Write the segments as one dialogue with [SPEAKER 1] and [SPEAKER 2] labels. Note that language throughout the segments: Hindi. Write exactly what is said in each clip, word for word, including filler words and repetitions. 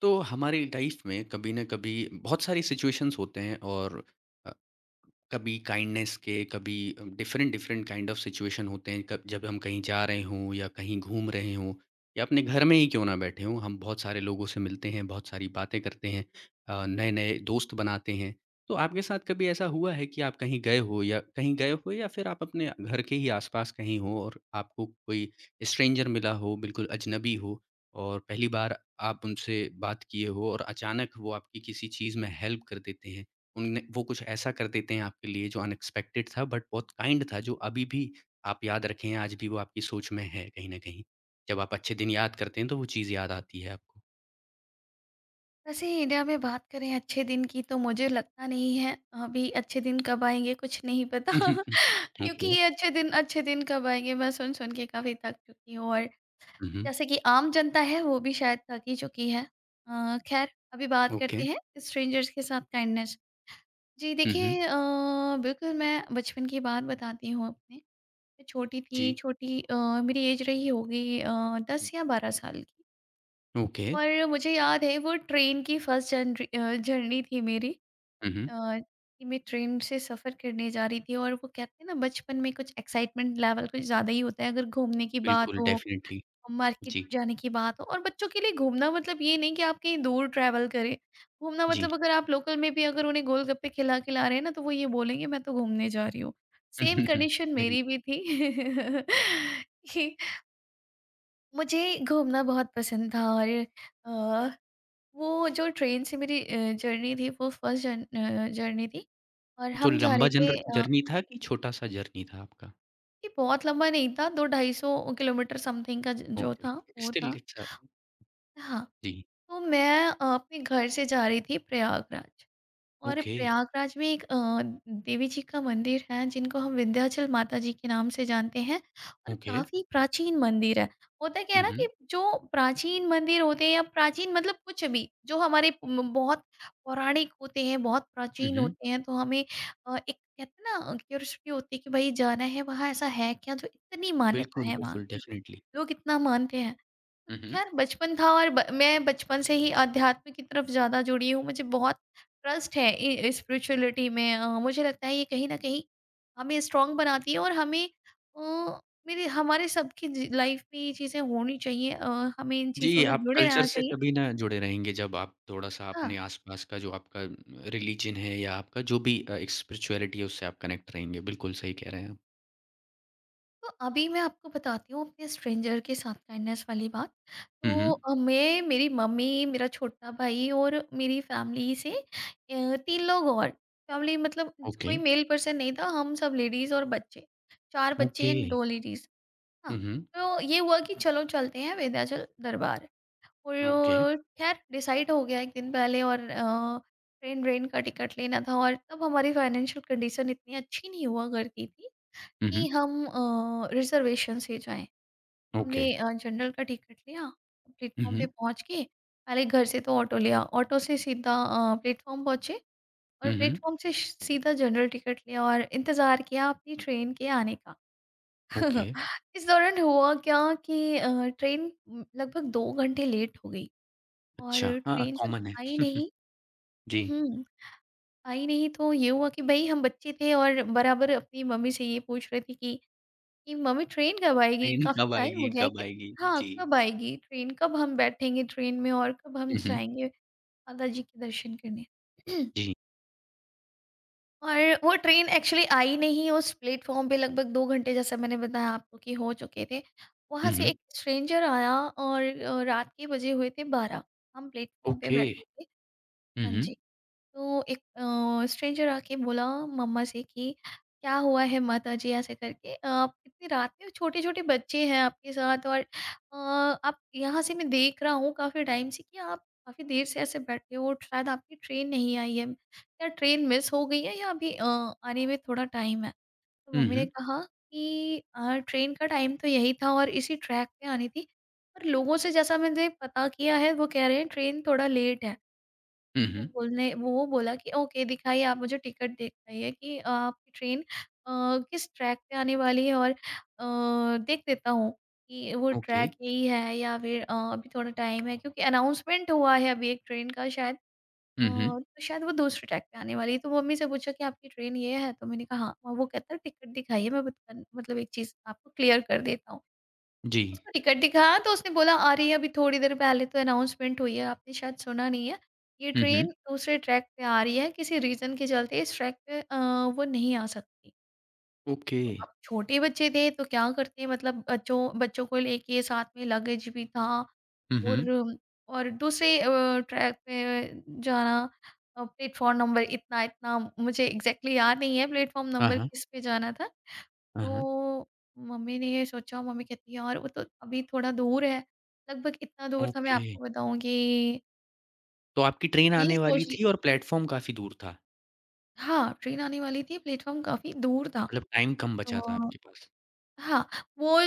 [SPEAKER 1] तो हमारी लाइफ में कभी ना कभी बहुत सारी सिचुएशंस होते हैं और अ, कभी काइंडनेस के कभी different different kind of situation होते हैं कब जब हम कहीं जा रहे हों या कहीं घूम रहे हों या अपने घर में ही क्यों ना बैठे हों। हम बहुत सारे लोगों से मिलते हैं, बहुत सारी बातें करते हैं, नए नए दोस्त बनाते हैं। तो आपके साथ कभी ऐसा हुआ है कि आप कहीं गए हो या कहीं गए हो या फिर आप अपने घर के ही आसपास कहीं हो और आपको कोई स्ट्रेंजर मिला हो, बिल्कुल अजनबी हो, और पहली बार आप उनसे बात किए हो और अचानक वो आपकी किसी चीज़ में हेल्प कर देते हैं। उनने वो कुछ ऐसा कर देते हैं आपके लिए जो अनएक्सपेक्टेड था बट बहुत काइंड था, जो अभी भी आप याद रखे हैं, आज भी वो आपकी सोच में है कहीं न कहीं। जब आप अच्छे दिन याद करते हैं तो वो चीज़ याद आती है आपको।
[SPEAKER 2] वैसे इंडिया में बात करें अच्छे दिन की तो मुझे लगता नहीं है अभी अच्छे दिन कब आएँगे कुछ नहीं पता।
[SPEAKER 1] हुँ,
[SPEAKER 2] क्योंकि
[SPEAKER 1] हुँ,
[SPEAKER 2] ये अच्छे दिन अच्छे दिन कब आएँगे मैं सुन सुन के काफ़ी थक चुकी हूँ और
[SPEAKER 1] हुँ।
[SPEAKER 2] जैसे कि आम जनता है वो भी शायद थक ही चुकी है। अ, ख़ैर अभी बात
[SPEAKER 1] ओके। हुँ, हुँ। ओके।
[SPEAKER 2] करते हैं स्ट्रेंजर्स के साथ काइंडनेस। जी
[SPEAKER 1] हुँ, हुँ।
[SPEAKER 2] देखिए अ, बिल्कुल मैं बचपन की बात बताती हूँ अपने। मैं छोटी थी
[SPEAKER 1] जी।
[SPEAKER 2] छोटी अ, मेरी ऐज रही होगी अ, दस या बारह साल की।
[SPEAKER 1] ओके।
[SPEAKER 2] और मुझे याद है वो ट्रेन की फर्स्ट जर्नी अ, जर्नी थी मेरी
[SPEAKER 1] हुँ, हुँ।
[SPEAKER 2] अ, कि मैं ट्रेन से सफ़र करने जा रही थी। और वो कहते हैं ना बचपन में कुछ एक्साइटमेंट लेवल कुछ ज़्यादा ही होता है अगर घूमने की बात
[SPEAKER 1] बिल्कुल,
[SPEAKER 2] हो
[SPEAKER 1] डेफ़िनिटली।
[SPEAKER 2] और मार्केट
[SPEAKER 1] जी,
[SPEAKER 2] जाने की बात हो। और बच्चों के लिए घूमना मतलब ये नहीं कि आप कहीं दूर ट्रैवल करें, घूमना
[SPEAKER 1] जी।
[SPEAKER 2] मतलब अगर आप लोकल में भी अगर उन्हें गोलगप्पे खिला खिला रहे हैं ना तो वो ये बोलेंगे मैं तो घूमने जा रही हूँ।
[SPEAKER 1] हुँ,
[SPEAKER 2] सेम
[SPEAKER 1] हुँ, हुँ।
[SPEAKER 2] कंडीशन
[SPEAKER 1] बिल
[SPEAKER 2] मेरी भी थी। कि मुझे घूमना बहुत पसंद था और अ, वो जो ट्रेन से मेरी अ, जर्नी थी वो फर्स्ट जर्न अ, जर्नी थी। और
[SPEAKER 1] तो
[SPEAKER 2] हम जा
[SPEAKER 1] लंबा
[SPEAKER 2] रहे थे
[SPEAKER 1] जनर
[SPEAKER 2] अ,
[SPEAKER 1] जर्नी था कि छोटा-सा जर्नी था आपका?
[SPEAKER 2] ये बहुत लंबा नहीं था, दो ढाई सौ किलोमीटर समथिंग का ज जो
[SPEAKER 1] ओके।
[SPEAKER 2] था वो
[SPEAKER 1] स्टिल
[SPEAKER 2] था।
[SPEAKER 1] It's a.
[SPEAKER 2] हाँ,
[SPEAKER 1] जी।
[SPEAKER 2] तो मैं अ, अपने घर से जा रही थी प्रयागराज। और
[SPEAKER 1] ओके,
[SPEAKER 2] प्रयागराज में एक अ, देवी जी का मंदिर है जिनको हम विंध्याचल माता जी के नाम से जानते हैं और
[SPEAKER 1] ओके।
[SPEAKER 2] काफ़ी प्राचीन मंदिर है। होता क्या है
[SPEAKER 1] हुँ,
[SPEAKER 2] ना कि
[SPEAKER 1] हुँ।
[SPEAKER 2] जो प्राचीन मंदिर होते हैं या प्राचीन मतलब कुछ भी जो हमारे म बहुत पौराणिक होते हैं, बहुत
[SPEAKER 1] हुँ,
[SPEAKER 2] प्राचीन
[SPEAKER 1] हुँ।
[SPEAKER 2] होते हैं तो हमें अ, एक कहते हैं ना क्यूरियोसिटी होती है कि भाई जाना है वहाँ ऐसा है क्या जो इतनी मान्यता
[SPEAKER 1] बिल्कुल,
[SPEAKER 2] है वहाँ
[SPEAKER 1] बिल्कुल
[SPEAKER 2] की?
[SPEAKER 1] डेफ़िनिटली।
[SPEAKER 2] लोग इतना मानते हैं।
[SPEAKER 1] हुँ, हुँ।
[SPEAKER 2] खैर बचपन था और ब मैं बचपन से ही अध्यात्म की तरफ ज़्यादा जुड़ी हूँ। मुझे बहुत ट्रस्ट है इ स्पिरिचुअलिटी में। अ, मुझे लगता है ये कहीं न कहीं हमें स्ट्रॉन्ग बनाती है और हमें अ, मेरे हमारे सबकी जी लाइफ में ये चीज़ें होनी चाहिए अ, हमें इन चीज़ों
[SPEAKER 1] जी,
[SPEAKER 2] से
[SPEAKER 1] आप
[SPEAKER 2] जुड़े
[SPEAKER 1] कल्चर
[SPEAKER 2] रहना
[SPEAKER 1] से
[SPEAKER 2] चाहिए।
[SPEAKER 1] तभी ना जुड़े रहेंगे जब आप थोड़ा-सा
[SPEAKER 2] हाँ।
[SPEAKER 1] अपने आस-पास का जो आपका रिलिजन है या आपका जो भी अ, एक स्पिरिचुअलिटी है उससे आप कनेक्ट रहेंगे। बिल्कुल सही कह रहे हैं आप।
[SPEAKER 2] तो अभी मैं आपको बताती हूँ अपने स्ट्रेंजर के साथ काइंडनेस वाली बात।
[SPEAKER 1] हुँ,
[SPEAKER 2] तो
[SPEAKER 1] हुँ।
[SPEAKER 2] अ, मैं, मेरी मम्मी, मेरा छोटा भाई और मेरी फैमिली से अ, तीन लोग और, फैमिली मतलब
[SPEAKER 1] ओके,
[SPEAKER 2] कोई मेल पर्सन नहीं था, हम सब लेडीज़ और बच्चे। चार बच्चे
[SPEAKER 1] ओके।
[SPEAKER 2] एंड दो लेडीज़। हाँ,
[SPEAKER 1] हुँ, हुँ।
[SPEAKER 2] तो ये हुआ कि चलो चलते हैं विंध्याचल दरबार।
[SPEAKER 1] ओके।
[SPEAKER 2] और ख़ैर डिसाइड हो गया एक दिन पहले। और अ, ट्रेन व्रेन का टिकट लेना था और तब हमारी फाइनेंशियल कंडीशन इतनी अच्छी नहीं हुआ करती थी
[SPEAKER 1] हुँ,
[SPEAKER 2] कि
[SPEAKER 1] हुँ।
[SPEAKER 2] हम अ, रिज़र्वेशन से जाएँ।
[SPEAKER 1] ओके।
[SPEAKER 2] हमने अ, जनरल का टिकट लिया,
[SPEAKER 1] हुँ,
[SPEAKER 2] प्लेटफ़ॉर्म पे
[SPEAKER 1] हुँ।
[SPEAKER 2] पहुँच के, पहले घर से तो ऑटो लिया, ऑटो से सीधा अ, प्लेटफ़ॉर्म पहुँचे और
[SPEAKER 1] हुँ, हुँ।
[SPEAKER 2] प्लेटफ़ॉर्म से श सीधा जनरल टिकट लिया और इंतज़ार किया अपनी ट्रेन के आने का।
[SPEAKER 1] ओके।
[SPEAKER 2] इस दौरान हुआ क्या कि अ, ट्रेन उम, लगभग दो घंटे लेट हो गई। और
[SPEAKER 1] अच्छा, हाँ,
[SPEAKER 2] ट्रेन जब
[SPEAKER 1] कॉमन है।
[SPEAKER 2] आई नहीं हुँ,
[SPEAKER 1] जी।
[SPEAKER 2] हुँ। आई नहीं तो ये हुआ कि भई हम बच्चे थे और बराबर अपनी मम्मी से ये पूछ रहे थे कि कि मम्मी ट्रेन कब आएगी?
[SPEAKER 1] ट्रेन
[SPEAKER 2] काफ़ी
[SPEAKER 1] कब
[SPEAKER 2] टाइम हो
[SPEAKER 1] आएगी,
[SPEAKER 2] गया है
[SPEAKER 1] कब
[SPEAKER 2] कि
[SPEAKER 1] आएगी?
[SPEAKER 2] हाँ,
[SPEAKER 1] जी।
[SPEAKER 2] कब आएगी ट्रेन? कब हम बैठेंगे ट्रेन में और कब हम
[SPEAKER 1] हुँ, हुँ।
[SPEAKER 2] जाएँगे माता जी के दर्शन करने?
[SPEAKER 1] जी।
[SPEAKER 2] और वो ट्रेन एक्चुअली आई नहीं उस प्लेटफ़ॉर्म पे, लगभग दो घंटे जैसा मैंने बताया आपको कि हो चुके थे। वहाँ
[SPEAKER 1] हुँ,
[SPEAKER 2] से
[SPEAKER 1] हुँ।
[SPEAKER 2] एक स्ट्रेंजर आया और अ, रात के बजे हुए थे बारह, हम प्लेटफ़ॉर्म पे
[SPEAKER 1] ओके।
[SPEAKER 2] बैठे थे।
[SPEAKER 1] हुँ,
[SPEAKER 2] हाँ
[SPEAKER 1] हुँ।
[SPEAKER 2] जी। तो एक स्ट्रेंजर आके बोला मम्मा से कि क्या हुआ है माता जी ऐसे करके, "अ, आप इतनी रात में छोटे छोटे बच्चे हैं आपके साथ और अ, आप यहाँ से मैं देख रहा हूँ काफ़ी टाइम से कि आप काफ़ी देर से ऐसे बैठे हो, शायद आपकी ट्रेन नहीं आई है, क्या ट्रेन मिस हो गई है या अभी अ, आने में थोड़ा टाइम है। तो
[SPEAKER 1] हुँ,
[SPEAKER 2] मम्मी ने
[SPEAKER 1] हुँ।
[SPEAKER 2] कहा कि "अ, ट्रेन का टाइम तो यही था और इसी ट्रैक पे आनी थी पर लोगों से जैसा मैंने पता किया है वो कह रहे हैं ट्रेन थोड़ा लेट है।
[SPEAKER 1] हुँ,
[SPEAKER 2] वो
[SPEAKER 1] हुँ।
[SPEAKER 2] बोलने वो बोला कि ओके दिखाइए, आप मुझे टिकट दिखाइए कि अ, आपकी ट्रेन अ, किस ट्रैक पे आने वाली है और अ, देख देता हूँ कि वो
[SPEAKER 1] ओके।
[SPEAKER 2] ट्रैक यही है या फिर अ, अभी थोड़ा टाइम है, क्योंकि अनाउंसमेंट हुआ है अभी एक ट्रेन का शायद अ,
[SPEAKER 1] हुँ, हुँ।
[SPEAKER 2] तो शायद वो दूसरे ट्रैक पे आने वाली है। तो मम्मी से पूछा कि आपकी ट्रेन ये है, तो मैंने कहा हाँ। वो कहता है टिकट दिखाइए मैं बत- मतलब एक चीज़ आपको क्लियर कर देता हूँ।
[SPEAKER 1] जी।
[SPEAKER 2] उसको टिकट दिखाया तो उसने बोला अरे अभी थोड़ी देर पहले तो अनाउंसमेंट हुई है, आपने शायद सुना नहीं है, ये
[SPEAKER 1] हुँ, हुँ।
[SPEAKER 2] ट्रेन दूसरे ट्रैक पे आ रही है, किसी रीजन के चलते इस ट्रैक पे अ, वो नहीं आ सकती।
[SPEAKER 1] ओके।
[SPEAKER 2] तो अब छोटे बच्चे थे तो क्या करते हैं, मतलब बच्चों बच्चों को लेके साथ में लगेज भी था
[SPEAKER 1] हुँ,
[SPEAKER 2] और
[SPEAKER 1] हुँ।
[SPEAKER 2] और दूसरे अ, ट्रैक पे जाना, प्लेटफॉर्म नंबर इतना इतना मुझे एग्जैक्टली exactly याद नहीं है प्लेटफॉर्म
[SPEAKER 1] हाँ,
[SPEAKER 2] नंबर
[SPEAKER 1] हाँ।
[SPEAKER 2] किस पे जाना था।
[SPEAKER 1] हाँ, हाँ।
[SPEAKER 2] तो मम्मी ने ये सोचा, मम्मी कहती है यार वो तो अभी थोड़ा दूर है, लगभग इतना दूर था मैं
[SPEAKER 1] ओके,
[SPEAKER 2] आपको बताऊं कि
[SPEAKER 1] तो आपकी ट्रेन
[SPEAKER 2] ये
[SPEAKER 1] आने वाली
[SPEAKER 2] सोच ली,
[SPEAKER 1] थी और प्लेटफ़ॉर्म काफ़ी दूर था,
[SPEAKER 2] हाँ ट्रेन आने वाली थी प्लेटफॉर्म काफी दूर था।
[SPEAKER 1] मतलब टाइम कम बचा था
[SPEAKER 2] तो
[SPEAKER 1] आपके पास।
[SPEAKER 2] हाँ, वो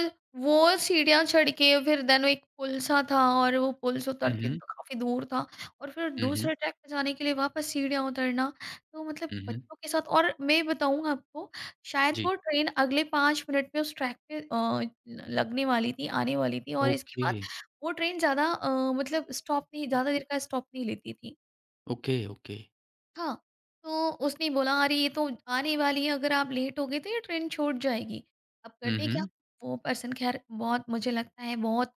[SPEAKER 2] वो सीढ़ियाँ चढ़ के फिर देन वो एक पुल सा था और वो पुल से उतर
[SPEAKER 1] हुँ,
[SPEAKER 2] के
[SPEAKER 1] हुँ।
[SPEAKER 2] तो काफ़ी दूर था, और फिर
[SPEAKER 1] हुँ, हुँ।
[SPEAKER 2] दूसरे ट्रैक पे जाने के लिए वापस सीढ़ियाँ उतरना, तो मतलब
[SPEAKER 1] हुँ, हुँ।
[SPEAKER 2] बच्चों के साथ। और मैं बताऊँ आपको, शायद
[SPEAKER 1] जी।
[SPEAKER 2] वो ट्रेन अगले पाँच मिनट में उस ट्रैक पे अ, लगने वाली थी, आने वाली थी और इसके
[SPEAKER 1] ओके।
[SPEAKER 2] बाद वो ट्रेन ज़्यादा अ, मतलब स्टॉप नहीं, ज़्यादा देर का स्टॉप नहीं लेती थी।
[SPEAKER 1] Okay, okay.
[SPEAKER 2] हाँ, तो उसने बोला अरे ये तो आने वाली है, अगर आप लेट हो गए तो ये ट्रेन छूट जाएगी। अब
[SPEAKER 1] हुँ,
[SPEAKER 2] करते क्या,
[SPEAKER 1] हुँ।
[SPEAKER 2] वो पर्सन ख़ैर बहुत मुझे लगता है बहुत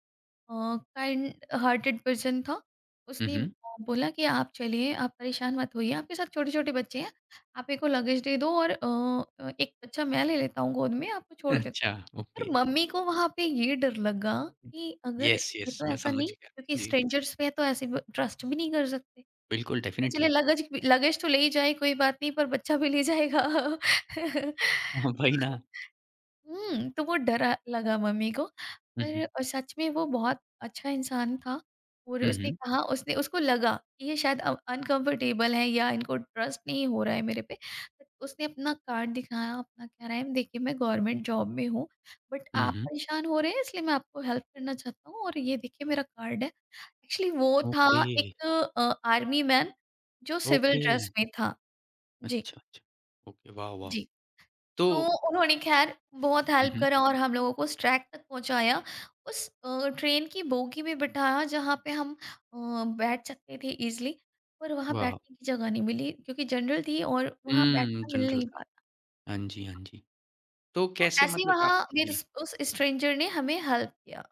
[SPEAKER 2] अ, काइंड हार्टेड पर्सन था।
[SPEAKER 1] हुँ,
[SPEAKER 2] उसने अ,
[SPEAKER 1] हुँ।
[SPEAKER 2] बोला कि आप चलिए, आप परेशान मत होइए, आपके साथ छोटे-छोटे बच्चे हैं, आप मेरे को लगेज दे दो और अ अ, एक बच्चा मैं ले लेता हूँ गोद में, आपको छोड़ देता
[SPEAKER 1] अच्छा,
[SPEAKER 2] हूँ। पर
[SPEAKER 1] ओके।
[SPEAKER 2] मम्मी को वहाँ पे ये डर लगा
[SPEAKER 1] हुँ।
[SPEAKER 2] कि अगर
[SPEAKER 1] येस,
[SPEAKER 2] ये
[SPEAKER 1] येस,
[SPEAKER 2] तो
[SPEAKER 1] मैं
[SPEAKER 2] ऐसा
[SPEAKER 1] समझ
[SPEAKER 2] नहीं,
[SPEAKER 1] गया।
[SPEAKER 2] क्योंकि
[SPEAKER 1] जी,
[SPEAKER 2] स्ट्रेंजर्स पे है तो ऐसे ब ट्रस्ट भी नहीं कर सकते।
[SPEAKER 1] बिल्कुल
[SPEAKER 2] तो चलिए
[SPEAKER 1] डेफ़िनेटली।
[SPEAKER 2] लगज लगेज तो ले ही जाए कोई बात नहीं पर बच्चा भी ले जाएगा।
[SPEAKER 1] हाँ, वही ना।
[SPEAKER 2] हुँ, तो वो डरा लगा मम्मी को,
[SPEAKER 1] हुँ,
[SPEAKER 2] पर
[SPEAKER 1] हुँ।
[SPEAKER 2] अ, सच में वो बहुत अच्छा इंसान था और
[SPEAKER 1] हुँ,
[SPEAKER 2] उसने
[SPEAKER 1] हुँ।
[SPEAKER 2] कहा उसने उसको लगा कि ये शायद अ, अनकम्फ़र्टेबल है या इनको ट्रस्ट नहीं हो रहा है मेरे पे। बट उसने अपना कार्ड दिखाया, अपना कह रहा है देखिए मैं गवर्नमेंट जॉब में हूँ, बट
[SPEAKER 1] हुँ,
[SPEAKER 2] आप
[SPEAKER 1] हुँ।
[SPEAKER 2] परेशान हो रहे हैं इसलिए मैं आपको हेल्प करना चाहता हूँ और ये देखिए मेरा कार्ड है। एक्चुअली वो था
[SPEAKER 1] ओके,
[SPEAKER 2] एक अ, आर्मी मैन जो सिविल
[SPEAKER 1] ओके।
[SPEAKER 2] ड्रेस में था। जी,
[SPEAKER 1] अच्छा, अच्छा। ओके, वाह, वाह!
[SPEAKER 2] जी।
[SPEAKER 1] तो
[SPEAKER 2] तो उन्होंने ख़ैर बहुत
[SPEAKER 1] हुँ,
[SPEAKER 2] हेल्प
[SPEAKER 1] हुँ।
[SPEAKER 2] करा और हम लोगों को उस ट्रैक तक पहुँचाया। उस अ, ट्रेन की बोगी में बिठाया जहाँ पे हम अ, बैठ सकते थे ईज़िली, पर वहाँ
[SPEAKER 1] वाह!
[SPEAKER 2] बैठने की जगह नहीं मिली क्योंकि जनरल थी और वहाँ
[SPEAKER 1] हुँ,
[SPEAKER 2] बैठना मिल
[SPEAKER 1] जनरल
[SPEAKER 2] नहीं
[SPEAKER 1] था।
[SPEAKER 2] पाता।
[SPEAKER 1] हाँ जी, हाँ जी। तो
[SPEAKER 2] तो
[SPEAKER 1] कैसे
[SPEAKER 2] ऐसे ही
[SPEAKER 1] मतलब आप
[SPEAKER 2] वहाँ फिर
[SPEAKER 1] जी।
[SPEAKER 2] उस उस स्ट्रेंजर ने हमें हेल्प किया।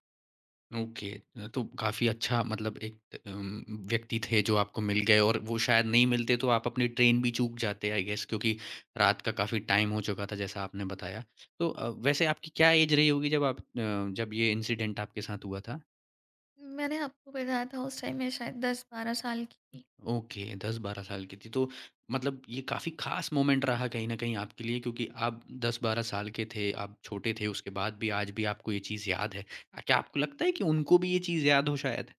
[SPEAKER 1] ओके। तो काफ़ी अच्छा मतलब एक अम, व्यक्ति थे जो आपको मिल गए और वो शायद नहीं मिलते तो आप अपनी ट्रेन भी चूक जाते आई गेस, क्योंकि रात का काफ़ी टाइम हो चुका था जैसा आपने बताया। तो अ, वैसे आपकी क्या एज रही होगी जब आप अ, जब ये इंसिडेंट आपके साथ हुआ था?
[SPEAKER 2] मैंने आपको बताया था उस टाइम मैं शायद दस बारह साल की थी।
[SPEAKER 1] ओके, दस बारह साल की थी तो मतलब ये काफ़ी ख़ास मोमेंट रहा कहीं न कहीं आपके लिए, क्योंकि आप दस बारह साल के थे, आप छोटे थे, उसके बाद भी आज भी आपको ये चीज़ याद है। क्या आपको लगता है कि उनको भी ये चीज़ याद हो शायद?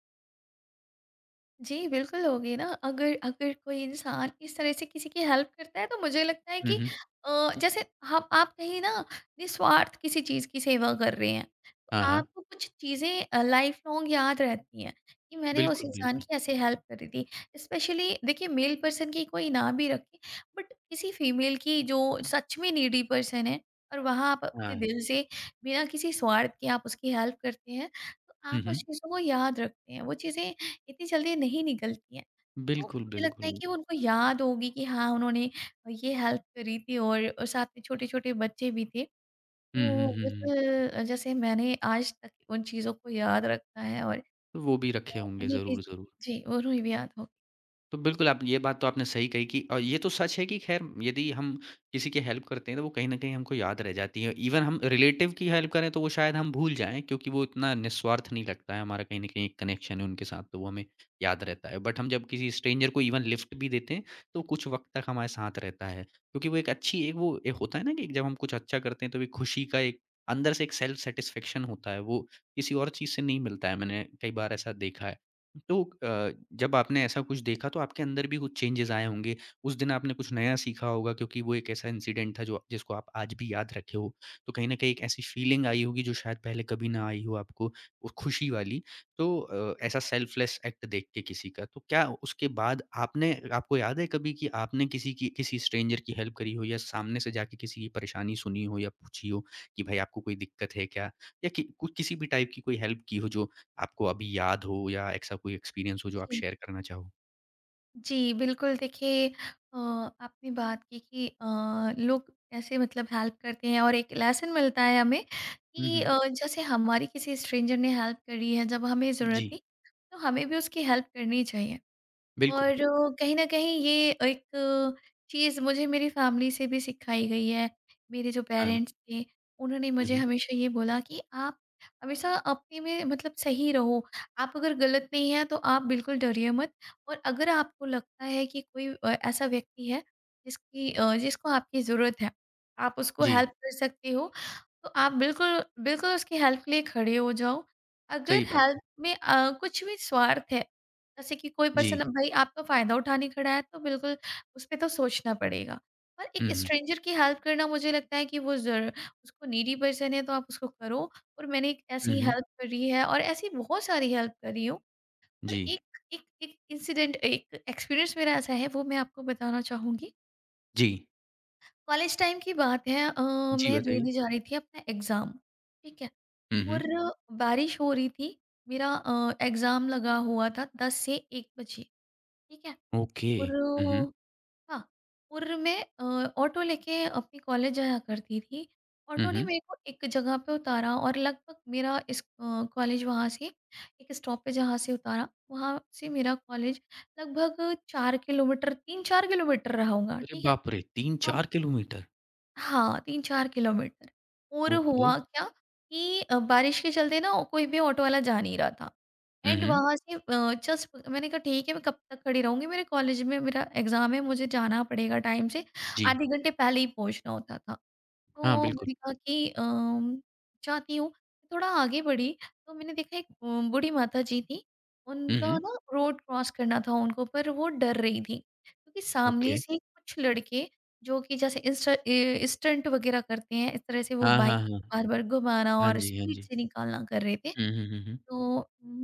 [SPEAKER 2] जी, बिल्कुल होगी ना। अगर अगर कोई इंसान इस तरह से किसी की हेल्प करता है तो मुझे लगता है
[SPEAKER 1] हुँ,
[SPEAKER 2] कि
[SPEAKER 1] हुँ।
[SPEAKER 2] अ, जैसे हम आप कहीं ना निस्वार्थ किसी चीज़ की सेवा कर रहे हैं। तो
[SPEAKER 1] हाँ, हाँ।
[SPEAKER 2] आपको कुछ चीज़ें अ, लाइफ़ लॉन्ग याद रहती हैं कि मैंने उस
[SPEAKER 1] बिल्कुल,
[SPEAKER 2] इंसान
[SPEAKER 1] बिल्कुल।
[SPEAKER 2] की ऐसे हेल्प करी थी। स्पेशली देखिए, मेल पर्सन की कोई ना भी रखे, बट किसी फीमेल की जो सच में नीडी पर्सन है, और वहाँ आप अपने
[SPEAKER 1] हाँ।
[SPEAKER 2] दिल से बिना किसी स्वार्थ के आप उसकी हेल्प करते हैं, तो आप
[SPEAKER 1] हुँ,
[SPEAKER 2] उस
[SPEAKER 1] हुँ।
[SPEAKER 2] चीज़ों को याद रखते हैं। वो चीज़ें इतनी जल्दी नहीं निकलती हैं। तो
[SPEAKER 1] बिल्कुल,
[SPEAKER 2] मुझे लगता है
[SPEAKER 1] बिल्कुल।
[SPEAKER 2] कि वो उनको याद होगी कि हाँ, उन्होंने ये हेल्प करी थी और और साथ में छोटे-छोटे बच्चे भी थे।
[SPEAKER 1] हुँ,
[SPEAKER 2] तो
[SPEAKER 1] हुँ, हुँ, हुँ।
[SPEAKER 2] बिल्कुल, जैसे मैंने आज तक उन चीज़ों को याद रखा है और
[SPEAKER 1] तो वो भी रखे होंगे
[SPEAKER 2] उन्हें भी,
[SPEAKER 1] ज़रूर, ज़रूर।
[SPEAKER 2] जी, उन्हें भी याद होगी।
[SPEAKER 1] तो बिल्कुल, आप ये बात तो आपने सही कही, कि और ये तो सच है कि ख़ैर यदि हम किसी की हेल्प करते हैं, तो वो कहीं न कहीं हमको याद रह जाती है। इवन हम रिलेटिव की हेल्प करें, तो वो शायद हम भूल जाएँ क्योंकि वो इतना निस्वार्थ नहीं लगता है। हमारा कहीं न कहीं एक कनेक्शन है उनके साथ, तो वो हमें याद रहता है। बट हम जब किसी स्ट्रेंजर को इवन लिफ़्ट भी देते हैं, तो कुछ वक़्त तक हमारे साथ रहता है। क्योंकि वो एक अच्छी एक वो एक होता है ना कि जब हम कुछ अच्छा करते हैं, तो एक खुशी का एक अंदर से एक सेल्फ़ सैटिस्फैक्शन होता है, वो किसी और चीज़ से नहीं मिलता है। मैंने कई बार ऐसा देखा है। तो अ, जब आपने ऐसा कुछ देखा तो आपके अंदर भी कुछ चेंजेस आए होंगे। उस दिन आपने कुछ नया सीखा होगा, क्योंकि वो एक ऐसा इंसिडेंट था जो जिसको आप आज भी याद रखे हो। तो कहीं न कहीं एक ऐसी फीलिंग आई होगी जो शायद पहले कभी ना आई हो आपको, वो खुशी वाली। तो अ, ऐसा सेल्फलेस एक्ट देख के किसी का, तो क्या उसके बाद आपने आपको याद है कभी कि आपने किसी की किसी स्ट्रेंजर की हेल्प करी हो या सामने से जाके किसी की परेशानी सुनी हो या पूछी हो, कि भाई आपको कोई दिक्कत है क्या? या कि कु किसी भी टाइप की कोई हेल्प की हो जो आपको अभी याद हो, या ऐसा कोई एक्सपीरियंस हो जो आप
[SPEAKER 2] जी।
[SPEAKER 1] शेयर करना चाहो?
[SPEAKER 2] जी, बिल्कुल देखिए अ, आपने बात की कि अ, लोग कैसे मतलब हेल्प करते हैं और एक लेसन मिलता है हमें
[SPEAKER 1] हुँ,
[SPEAKER 2] कि
[SPEAKER 1] हुँ।
[SPEAKER 2] अ, जैसे हमारी किसी स्ट्रेंजर ने हेल्प करी है जब हमें
[SPEAKER 1] जी,
[SPEAKER 2] ज़रूरत थी, तो हमें भी उसकी हेल्प करनी चाहिए। और
[SPEAKER 1] बिल्कुल।
[SPEAKER 2] अ, कहीं न कहीं ये एक चीज़ मुझे मेरी फैमिली से भी सिखाई गई है। मेरे जो
[SPEAKER 1] हाँ।
[SPEAKER 2] पेरेंट्स थे, उन्होंने
[SPEAKER 1] हुँ,
[SPEAKER 2] मुझे
[SPEAKER 1] हुँ।
[SPEAKER 2] हमेशा ये बोला कि आप हमेशा अपने में मतलब सही रहो। आप अगर गलत नहीं हैं, तो आप बिल्कुल डरिए मत। और अगर आपको लगता है कि कोई अ, ऐसा व्यक्ति है जिसकी अ, जिसको आपकी ज़रूरत है, आप उसको
[SPEAKER 1] जी,
[SPEAKER 2] हेल्प कर सकते हो, तो आप बिल्कुल बिल्कुल उसकी हेल्प के लिए खड़े हो जाओ। अगर
[SPEAKER 1] सही बात
[SPEAKER 2] हेल्प
[SPEAKER 1] है।
[SPEAKER 2] में अ, कुछ भी स्वार्थ है जैसे कि कोई
[SPEAKER 1] जी।
[SPEAKER 2] पर्सन अब भाई आपका फ़ायदा उठाने खड़ा है तो बिल्कुल उसपे तो सोचना पड़ेगा। और
[SPEAKER 1] हुँ,
[SPEAKER 2] एक
[SPEAKER 1] हुँ।
[SPEAKER 2] स्ट्रेंजर की हेल्प करना मुझे लगता है कि वो ज़र उसको नीडी पर्सन है तो आप उसको करो और मैंने एक
[SPEAKER 1] हुँ,
[SPEAKER 2] ऐसी
[SPEAKER 1] हुँ।
[SPEAKER 2] हेल्प करी है और ऐसी बहुत सारी हेल्प करी हूँ। पर
[SPEAKER 1] जी,
[SPEAKER 2] एक एक एक इंसिडेंट एक एक्सपीरियंस मेरा ऐसा है वो मैं आपको बताना चाहूँगी।
[SPEAKER 1] जी।
[SPEAKER 2] कॉलेज टाइम की बात है, अ,
[SPEAKER 1] जी,
[SPEAKER 2] मैं
[SPEAKER 1] बताइए।
[SPEAKER 2] देने जा रही थी अपना एग्ज़ाम, ठीक है?
[SPEAKER 1] हुँ, हुँ।
[SPEAKER 2] और बारिश हो रही थी, मेरा अ, एग्ज़ाम लगा हुआ था दस से एक बजे, ठीक है?
[SPEAKER 1] ओके।
[SPEAKER 2] और
[SPEAKER 1] हुँ, हुँ।
[SPEAKER 2] हाँ, और मैं अ, ऑटो लेके अपने कॉलेज जाया करती थी।
[SPEAKER 1] हुँ,
[SPEAKER 2] ऑटो ने
[SPEAKER 1] हुँ।
[SPEAKER 2] मेरे को एक जगह पे उतारा और लगभग मेरा इस अ, कॉलेज वहाँ से एक स्टॉप पे जहाँ से उतारा, वहाँ से मेरा कॉलेज लगभग चार किलोमीटर तीन चार किलोमीटर रहा होगा,
[SPEAKER 1] अरे
[SPEAKER 2] ठीक है?
[SPEAKER 1] बाप रे!
[SPEAKER 2] अब
[SPEAKER 1] तीन चार किलोमीटर?
[SPEAKER 2] हाँ, तीन चार किलोमीटर। और
[SPEAKER 1] ओके।
[SPEAKER 2] हुआ क्या कि अ, बारिश के चलते ना कोई भी ऑटो वाला जा नहीं रहा था।
[SPEAKER 1] हुँ,
[SPEAKER 2] एंड
[SPEAKER 1] हुँ।
[SPEAKER 2] वहाँ से अ, जस्ट मैंने कहा ठीक है मैं कब तक खड़ी रहूँगी, मेरे कॉलेज में मेरा एग्ज़ाम है मुझे जाना पड़ेगा टाइम से,
[SPEAKER 1] जी।
[SPEAKER 2] आधे घंटे पहले ही पहुँचना होता था।
[SPEAKER 1] हाँ,
[SPEAKER 2] तो
[SPEAKER 1] बिल्कुल।
[SPEAKER 2] मैंने कहा कि अम, चाहती हूँ कि थोड़ा आगे बढ़ी। तो मैंने देखा एक अम, बूढ़ी माता जी थी,
[SPEAKER 1] हुँ,
[SPEAKER 2] उनका
[SPEAKER 1] हुँ।
[SPEAKER 2] ना रोड क्रॉस करना था उनको, पर वो डर रही थी क्योंकि सामने
[SPEAKER 1] ओके।
[SPEAKER 2] से कुछ लड़के जो कि जैसे इंस्टा- ए, स्टंट वगैरह करते हैं इस तरह से वो
[SPEAKER 1] हाँ,
[SPEAKER 2] बाइक
[SPEAKER 1] हाँ, हाँ।
[SPEAKER 2] बार बार घुमाना
[SPEAKER 1] हाँ
[SPEAKER 2] और
[SPEAKER 1] जी, हाँ
[SPEAKER 2] स्पीड
[SPEAKER 1] जी।
[SPEAKER 2] से निकालना कर रहे थे।
[SPEAKER 1] हुँ, हुँ, हुँ, हुँ।
[SPEAKER 2] तो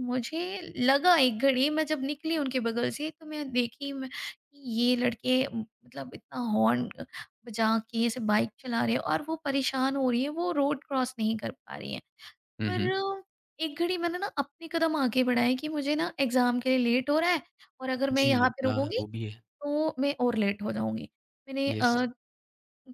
[SPEAKER 2] मुझे लगा एक घड़ी मैं जब निकली उनके बगल से तो मैं देखी मैं कि ये लड़के म- मतलब इतना हॉर्न बजा के ऐसे बाइक चला रहे हैं और वो परेशान हो रही है, वो रोड क्रॉस नहीं कर पा रही है।
[SPEAKER 1] हुँ,
[SPEAKER 2] पर
[SPEAKER 1] हुँ।
[SPEAKER 2] एक घड़ी मैंने ना अपने कदम आगे बढ़ाए कि मुझे ना एग्जाम के लिए लेट हो रहा है और अगर मैं
[SPEAKER 1] जी,
[SPEAKER 2] यहाँ पे
[SPEAKER 1] हाँ,
[SPEAKER 2] रुकूंगी
[SPEAKER 1] वो भी है।
[SPEAKER 2] तो मैं और लेट हो जाऊंगी। मैंने
[SPEAKER 1] यस।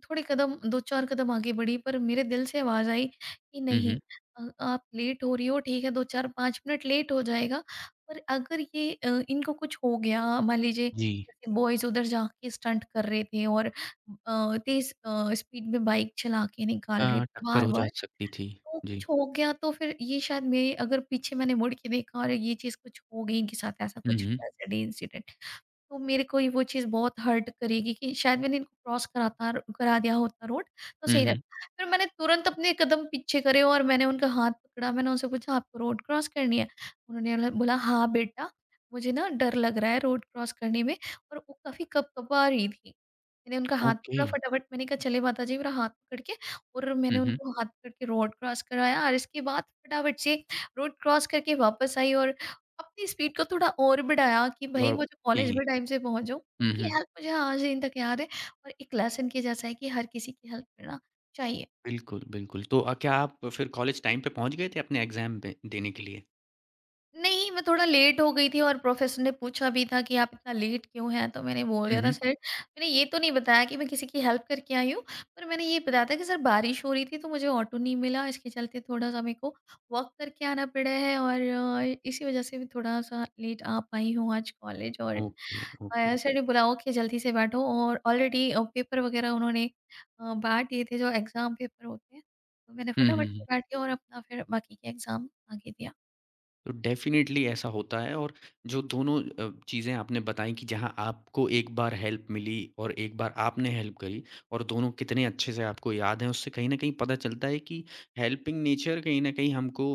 [SPEAKER 2] थोड़े कदम, दो चार कदम आगे बढ़ी, पर मेरे दिल से आवाज़ आई कि
[SPEAKER 1] हुँ,
[SPEAKER 2] नहीं,
[SPEAKER 1] हुँ।
[SPEAKER 2] अ, आप लेट हो रही हो ठीक है, दो चार-पाँच मिनट लेट हो जाएगा, पर अगर ये अ, इनको कुछ हो गया मान लीजिए,
[SPEAKER 1] जी।
[SPEAKER 2] जैसे बॉयज़ उधर जाके स्टंट कर रहे थे और अ, तेज़ अ, स्पीड में बाइक चला के निकाल रहे थे
[SPEAKER 1] हाँ, टक्कर हो जा
[SPEAKER 2] बार-बार,
[SPEAKER 1] सकती थी।
[SPEAKER 2] तो कुछ
[SPEAKER 1] जी।
[SPEAKER 2] हो गया तो फिर ये शायद मेरे अगर पीछे मैंने मुड़ के देखा और ये चीज़ कुछ हो गई इनके साथ, ऐसा
[SPEAKER 1] हुँ,
[SPEAKER 2] कुछ
[SPEAKER 1] हुँ।
[SPEAKER 2] ट्रेजेडी इंसिडेंट, तो मेरे को ही वो चीज़ बहुत हर्ट करेगी कि शायद मैंने इनको क्रॉस कराता करा दिया होता रोड तो
[SPEAKER 1] हुँ,
[SPEAKER 2] सही
[SPEAKER 1] हुँ।
[SPEAKER 2] रहता। फिर मैंने तुरंत अपने कदम पीछे करे और मैंने उनका हाथ पकड़ा, मैंने उनसे पूछा आपको रोड क्रॉस करनी है? उन्होंने ल बोला हाँ बेटा, मुझे ना डर लग रहा है रोड क्रॉस करने में। और वो काफ़ी कँपकपा रही थी। मैंने उनका हाथ
[SPEAKER 1] ओके।
[SPEAKER 2] पकड़ा फटाफट, मैंने कहा चले माता जी मेरा हाथ पकड़ के। और मैंने
[SPEAKER 1] हुँ, हुँ
[SPEAKER 2] उनको हाथ पकड़ के रोड क्रॉस कराया और इसके बाद फटाफट से रोड क्रॉस करके वापस आई और अपनी स्पीड को थोड़ा और बढ़ाया कि भाई
[SPEAKER 1] और
[SPEAKER 2] मुझे कॉलेज
[SPEAKER 1] जी,
[SPEAKER 2] में टाइम से पहुंच जाऊँ।
[SPEAKER 1] हुँ,
[SPEAKER 2] ये
[SPEAKER 1] हुँ।
[SPEAKER 2] हेल्प मुझे आज दिन तक याद है और एक लेसन के जैसा है कि हर किसी की हेल्प करना चाहिए।
[SPEAKER 1] बिल्कुल, बिल्कुल। तो अ, क्या आप फिर कॉलेज टाइम पे पहुँच गए थे अपने एग्ज़ाम पे देने के लिए?
[SPEAKER 2] नहीं, मैं थोड़ा लेट हो गई थी और प्रोफेसर ने पूछा भी था कि आप इतना लेट क्यों हैं? तो मैंने बोल
[SPEAKER 1] हुँ,
[SPEAKER 2] दिया था
[SPEAKER 1] हुँ।
[SPEAKER 2] सर, मैंने ये तो नहीं बताया कि मैं किसी की हेल्प करके आई हूँ, पर मैंने ये बताया था कि सर बारिश हो रही थी तो मुझे ऑटो नहीं मिला, इसके चलते थोड़ा-सा मेरे को वॉक करके आना पड़ा है और अ, इसी वज़ह से मैं थोड़ा-सा लेट आ पाई हूँ आज कॉलेज। और
[SPEAKER 1] ओके,
[SPEAKER 2] अ,
[SPEAKER 1] ओके।
[SPEAKER 2] सर ने बुलाओ कि जल्दी से बैठो, और ऑलरेडी अ, पेपर वग़ैरह उन्होंने अ, बाँट दिए थे जो एग्ज़ाम पेपर होते हैं, तो मैंने
[SPEAKER 1] हुँ, हुँ,
[SPEAKER 2] फटाफट से
[SPEAKER 1] हुँ।
[SPEAKER 2] बैठ के और अपना फिर बाकी के एग्ज़ाम आगे दिया।
[SPEAKER 1] तो डेफ़िनेटली ऐसा होता है, और जो दोनों अ, चीज़ें आपने बताई कि जहाँ आपको एक बार हेल्प मिली और एक बार आपने हेल्प करी, और दोनों कितने अच्छे से आपको याद हैं, उससे कहीं न कहीं पता चलता है कि हेल्पिंग नेचर कहीं न कहीं हमको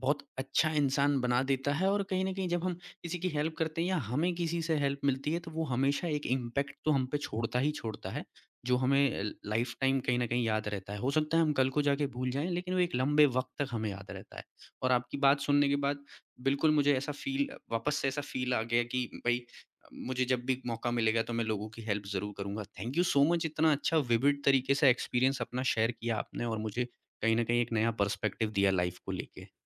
[SPEAKER 1] बहुत अच्छा इंसान बना देता है, और कहीं न कहीं जब हम किसी की हेल्प करते हैं या हमें किसी से हेल्प मिलती है, तो वो हमेशा एक इम्पैक्ट तो हम पे छोड़ता ही छोड़ता है, जो हमें ल लाइफ़ टाइम कहीं न कहीं याद रहता है। हो सकता है हम कल को जाके भूल जाएँ, लेकिन वो एक लंबे वक़्त तक हमें याद रहता है। और आपकी बात सुनने के बाद बिल्कुल मुझे ऐसा फ़ील वापस से ऐसा फ़ील आ गया कि भई अ, मुझे जब भी मौका मिलेगा तो मैं लोगों की हेल्प ज़रूर करूँगा। थैंक यू सो मच, इतना अच्छा विविड तरीके से एक्सपीरियंस अपना शेयर किया आपने, और मुझे कहीं न कहीं एक नया पर्सपेक्टिव दिया लाइफ़ को लेके।